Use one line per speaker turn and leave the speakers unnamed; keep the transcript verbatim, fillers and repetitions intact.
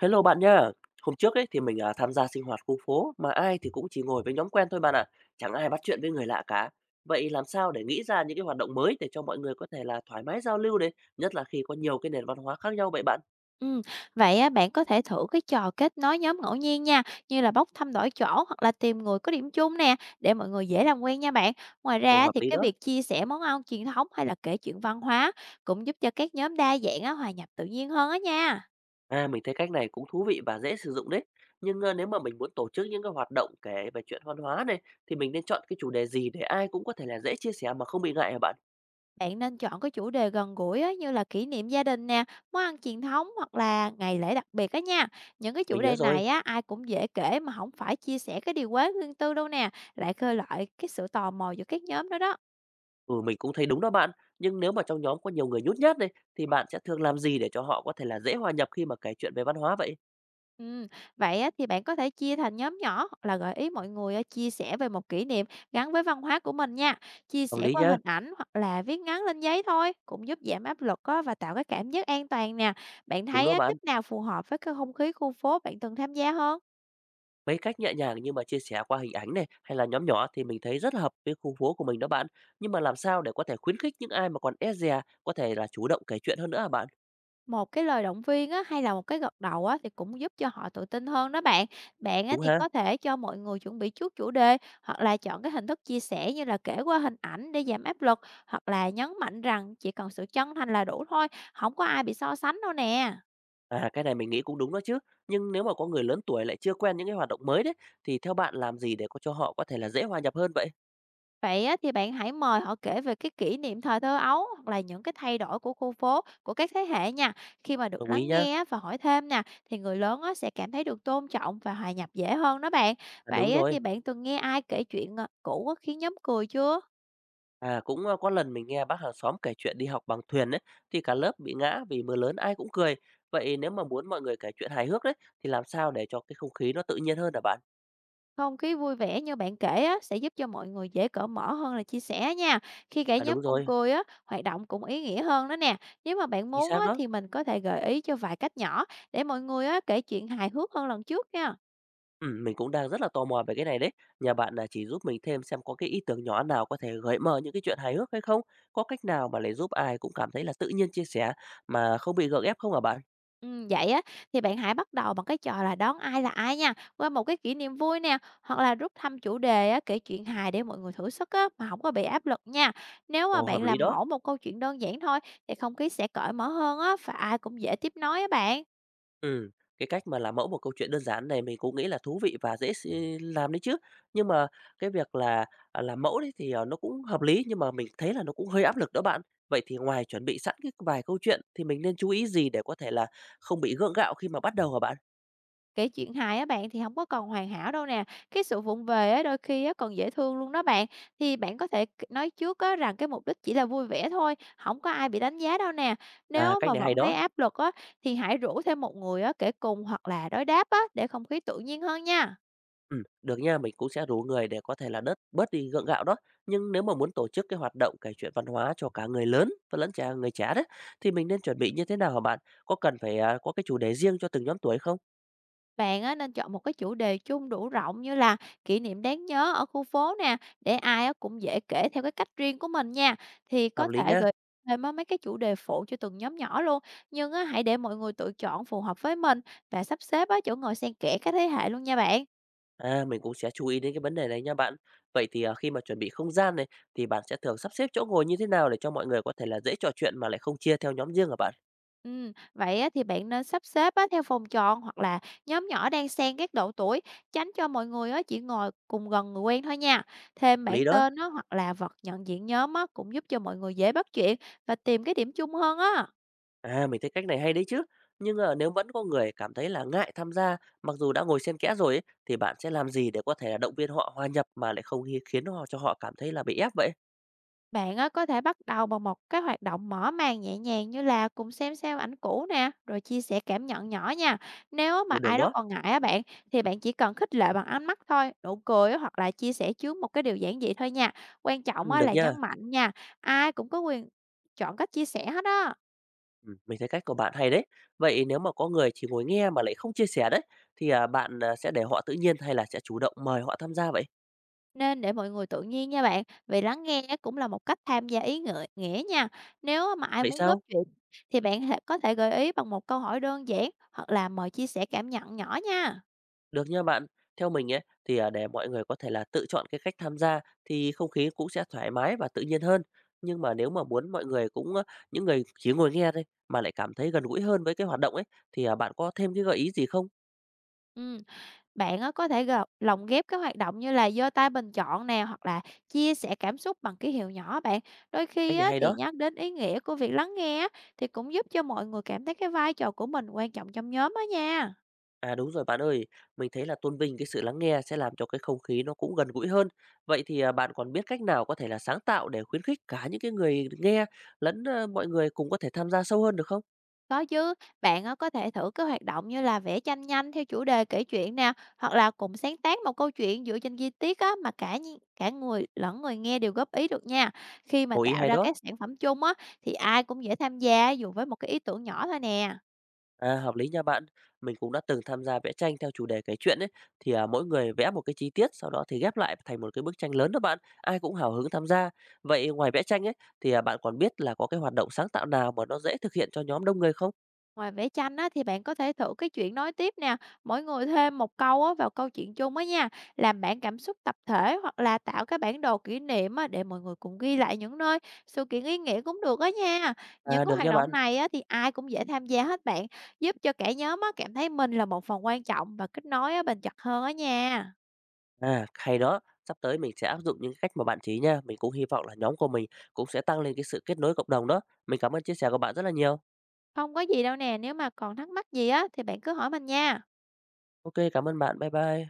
Hello bạn nhá. Hôm trước ấy thì mình, à, tham gia sinh hoạt khu phố mà ai thì cũng chỉ ngồi với nhóm quen thôi bạn ạ, chẳng ai bắt chuyện với người lạ cả. Vậy làm sao để nghĩ ra những cái hoạt động mới để cho mọi người có thể là thoải mái giao lưu này, nhất là khi có nhiều cái nền văn hóa khác nhau vậy bạn?
Ừm, vậy á, bạn có thể thử cái trò kết nối nhóm ngẫu nhiên nha, như là bốc thăm đổi chỗ hoặc là tìm người có điểm chung nè, để mọi người dễ làm quen nha bạn. Ngoài
Ồ,
ra
hợp
thì
lý
cái
đó.
việc chia sẻ món ăn truyền thống hay là kể chuyện văn hóa cũng giúp cho các nhóm đa dạng á, hòa nhập tự nhiên hơn á nha.
À, mình thấy cách này cũng thú vị và dễ sử dụng đấy. Nhưng, ơ, nếu mà mình muốn tổ chức những cái hoạt động kể về chuyện văn hóa này, thì mình nên chọn cái chủ đề gì để ai cũng có thể là dễ chia sẻ mà không bị ngại hả bạn?
Bạn nên chọn cái chủ đề gần gũi á, như là kỷ niệm gia đình nè, món ăn truyền thống hoặc là ngày lễ đặc biệt á nha. Những cái
Mình
chủ
nhớ
đề
rồi.
này á, ai cũng dễ kể mà không phải chia sẻ cái điều quá riêng tư đâu nè, lại khơi lại cái sự tò mò giữa các nhóm đó đó.
Ừ, mình cũng thấy đúng đó bạn. Nhưng nếu mà trong nhóm có nhiều người nhút nhát đây thì bạn sẽ thường làm gì để cho họ có thể là dễ hòa nhập khi mà kể chuyện về văn hóa vậy?
Ừm, vậy á thì bạn có thể chia thành nhóm nhỏ hoặc là gợi ý mọi người a, chia sẻ về một kỷ niệm gắn với văn hóa của mình nha. Chia
Hợp
sẻ
lý
qua
nhá.
hình ảnh hoặc là viết ngắn lên giấy thôi, cũng giúp giảm áp lực á và tạo cái cảm giác an toàn nè. Bạn
Đúng
thấy
đó
á,
bạn.
cách nào phù hợp với cái không khí khu phố bạn từng tham gia hơn?
Mấy cách nhẹ nhàng như mà chia sẻ qua hình ảnh này hay là nhóm nhỏ thì mình thấy rất hợp với khu phố của mình đó bạn. Nhưng mà làm sao để có thể khuyến khích những ai mà còn e dè có thể là chủ động kể chuyện hơn nữa hả bạn?
Một cái lời động viên á, hay là một cái gật đầu á, thì cũng giúp cho họ tự tin hơn đó bạn. Bạn á,
Đúng
thì
ha?
có thể cho mọi người chuẩn bị trước chủ đề hoặc là chọn cái hình thức chia sẻ như là kể qua hình ảnh để giảm áp lực, hoặc là nhấn mạnh rằng chỉ cần sự chân thành là đủ thôi, không có ai bị so sánh đâu nè.
À cái này mình nghĩ cũng đúng đó chứ. Nhưng nếu mà có người lớn tuổi lại chưa quen những cái hoạt động mới đấy thì theo bạn làm gì để có cho họ có thể là dễ hòa nhập hơn vậy?
Vậy á, thì bạn hãy mời họ kể về cái kỷ niệm thời thơ ấu hoặc là những cái thay đổi của khu phố, của các thế hệ nha. Khi mà được
Đồng ý
lắng
nhá.
nghe á, và hỏi thêm nè, thì người lớn á, sẽ cảm thấy được tôn trọng và hòa nhập dễ hơn đó bạn.
À, đúng
Vậy á,
rồi.
thì bạn từng nghe ai kể chuyện à, cũ á, khiến nhóm cười chưa?
À, cũng, ơ, có lần mình nghe bác hàng xóm kể chuyện đi học bằng thuyền ấy, thì cả lớp bị ngã vì mưa lớn ai cũng cười. Vậy nếu mà muốn mọi người kể chuyện hài hước đấy, thì làm sao để cho cái không khí nó tự nhiên hơn hả bạn?
Không khí vui vẻ như bạn kể á, sẽ giúp cho mọi người dễ cởi mở hơn là chia sẻ nha. Khi cả
À, đúng
nhóm cùng
rồi,
cười á, hoạt động cũng ý nghĩa hơn đó nè. Nếu mà bạn
chính
muốn
xác
á,
đó.
thì mình có thể gợi ý cho vài cách nhỏ để mọi người á, kể chuyện hài hước hơn lần trước nha.
Ừm, mình cũng đang rất là tò mò về cái này đấy. Nhà bạn là chỉ giúp mình thêm xem có cái ý tưởng nhỏ nào có thể gợi mở những cái chuyện hài hước hay không? Có cách nào mà lại giúp ai cũng cảm thấy là tự nhiên chia sẻ mà không bị gượng ép không hả bạn?
Ừm, vậy á, thì bạn hãy bắt đầu bằng cái trò là "Đón ai là ai" nha, qua một cái kỷ niệm vui nè, hoặc là rút thăm chủ đề á, kể chuyện hài để mọi người thử sức á, mà không có bị áp lực nha. Nếu mà
Ồ, hợp
bạn
lý
làm
đó.
mẫu một câu chuyện đơn giản thôi, thì không khí sẽ cởi mở hơn á, và ai cũng dễ tiếp nói á bạn.
Ừm, cái cách mà làm mẫu một câu chuyện đơn giản này mình cũng nghĩ là thú vị và dễ s ừ, làm đấy chứ. Nhưng mà cái việc là, à, làm mẫu đấy thì, ờ, nó cũng hợp lý, nhưng mà mình thấy là nó cũng hơi áp lực đó bạn. Vậy thì ngoài chuẩn bị sẵn cái vài câu chuyện thì mình nên chú ý gì để có thể là không bị gượng gạo khi mà bắt đầu hả bạn?
Kể chuyện hài á bạn thì không có còn hoàn hảo đâu nè, cái sự vụng về á đôi khi á còn dễ thương luôn đó bạn. Thì bạn có thể c nói trước á rằng cái mục đích chỉ là vui vẻ thôi, không có ai bị đánh giá đâu nè.
À,
Nếu
cách
mà
này hay
vẫn
đó.
thấy áp lực á thì hãy rủ thêm một người á kể cùng hoặc là đối đáp á để không khí tự nhiên hơn nha.
Ừm, được nha, mình cũng sẽ rủ người để có thể là đớt bớt đi gượng gạo đó. Nhưng nếu mà muốn tổ chức cái hoạt động kể chuyện văn hóa cho cả người lớn và lẫn trẻ người trẻ đấy, thì mình nên chuẩn bị như thế nào hả bạn? Có cần phải, à, có cái chủ đề riêng cho từng nhóm tuổi không?
Bạn á, nên chọn một cái chủ đề chung đủ rộng như là kỷ niệm đáng nhớ ở khu phố nè, để ai á, cũng dễ kể theo cái cách riêng của mình nha. Thì
Hợp
có
lý
thể
nhá.
gợi thêm á, mấy cái chủ đề phụ cho từng nhóm nhỏ luôn. Nhưng á, hãy để mọi người tự chọn phù hợp với mình và sắp xếp á, chỗ ngồi xen kẽ các thế hệ luôn nha bạn.
À, mình cũng sẽ chú ý đến cái vấn đề này nha bạn. Vậy thì, à, khi mà chuẩn bị không gian này, thì bạn sẽ thường sắp xếp chỗ ngồi như thế nào để cho mọi người có thể là dễ trò chuyện mà lại không chia theo nhóm riêng hả bạn?
Ừm, vậy á thì bạn nên sắp xếp á theo phòng tròn hoặc là nhóm nhỏ đang xen các độ tuổi, tránh cho mọi người á chỉ ngồi cùng gần người quen thôi nha. Thêm
Hợp lý
bảng
đó.
tên á hoặc là vật nhận diện nhóm á cũng giúp cho mọi người dễ bắt chuyện và tìm cái điểm chung hơn á.
À, mình thấy cách này hay đấy chứ. Nhưng, à, nếu vẫn có người cảm thấy là ngại tham gia, mặc dù đã ngồi xen kẽ rồi ấy, thì bạn sẽ làm gì để có thể là động viên họ hòa nhập mà lại không hi khiến họ cho họ cảm thấy là bị ép vậy?
Bạn á, có thể bắt đầu bằng một cái hoạt động mở màn nhẹ nhàng như là cùng xem xem ảnh cũ nè, rồi chia sẻ cảm nhận nhỏ nha. Nếu mà
Ừ, được
ai đó
đó.
còn ngại á bạn, thì bạn chỉ cần khích lệ bằng ánh mắt thôi, nụ cười á, hoặc là chia sẻ trước một cái điều giản dị thôi nha. Quan trọng
Ừm,
á,
được
là
nha.
nhấn mạnh nha, ai cũng có quyền chọn cách chia sẻ hết á.
Ừm, mình thấy cách của bạn hay đấy. Vậy nếu mà có người chỉ ngồi nghe mà lại không chia sẻ đấy, thì, à, bạn, à, sẽ để họ tự nhiên hay là sẽ chủ động mời họ tham gia vậy?
Nên để mọi người tự nhiên nha bạn, vì lắng nghe á, cũng là một cách tham gia ý ngợi nghĩa nha. Nếu mà ai
Vậy
muốn góp
sao?
chuyện thì bạn có thể gợi ý bằng một câu hỏi đơn giản hoặc là mời chia sẻ cảm nhận nhỏ nha.
Được nha bạn. Theo mình ấy, thì, à, để mọi người có thể là tự chọn cái cách tham gia thì không khí cũng sẽ thoải mái và tự nhiên hơn. Nhưng mà nếu mà muốn mọi người cũng ơ, những người chỉ ngồi nghe thôi mà lại cảm thấy gần gũi hơn với cái hoạt động ấy, thì, à, bạn có thêm cái gợi ý gì không?
Ừm, bạn á có thể gộp lồng ghép các hoạt động như là giơ tay bình chọn nè, hoặc là chia sẻ cảm xúc bằng ký hiệu nhỏ bạn. Đôi
Cách
khi
này
á
hay
thì
đó.
nhắc đến ý nghĩa của việc lắng nghe á, thì cũng giúp cho mọi người cảm thấy cái vai trò của mình quan trọng trong nhóm á nha.
À, đúng rồi bạn ơi, mình thấy là tôn vinh cái sự lắng nghe sẽ làm cho cái không khí nó cũng gần gũi hơn. Vậy thì, à, bạn còn biết cách nào có thể là sáng tạo để khuyến khích cả những cái người nghe lẫn, ơ, mọi người cùng có thể tham gia sâu hơn được không?
Có chứ, bạn á có thể thử các hoạt động như là vẽ tranh nhanh theo chủ đề kể chuyện nè, hoặc là cùng sáng tác một câu chuyện dựa trên chi tiết á mà cả nhi- cả người lẫn người nghe đều góp ý được nha. Khi mà
Ồ, ý
tạo
hay
ra
đó.
các sản phẩm chung á thì ai cũng dễ tham gia dù với một cái ý tưởng nhỏ thôi nè.
À, hợp lý nha bạn. Mình cũng đã từng tham gia vẽ tranh theo chủ đề kể chuyện ấy, thì à, mỗi người vẽ một cái chi tiết, sau đó thì ghép lại thành một cái bức tranh lớn đó bạn. Ai cũng hào hứng tham gia. Vậy ngoài vẽ tranh ấy, thì à, bạn còn biết là có cái hoạt động sáng tạo nào mà nó dễ thực hiện cho nhóm đông người không?
Ngoài vẽ tranh á, thì bạn có thể thử cái chuyện nói tiếp nè, mỗi người thêm một câu á, vào câu chuyện chung á nha, làm bản cảm xúc tập thể hoặc là tạo cái bản đồ kỷ niệm á, để mọi người cùng ghi lại những nơi, sự kiện ý nghĩa cũng được á nha.
À,
Những cái
được
hoạt
nha
động
bạn.
này á, thì ai cũng dễ tham gia hết bạn, giúp cho cả nhóm á, cảm thấy mình là một phần quan trọng và kết nối á, bền chặt hơn á nha.
À, hay đó. Sắp tới mình sẽ áp dụng những cách mà bạn chỉ nha. Mình cũng hy vọng là nhóm của mình cũng sẽ tăng lên cái sự kết nối cộng đồng đó. Mình cảm ơn chia sẻ của bạn rất là nhiều.
Không có gì đâu nè, nếu mà còn thắc mắc gì á, thì bạn cứ hỏi mình nha.
Ok, cảm ơn bạn. Bye bye.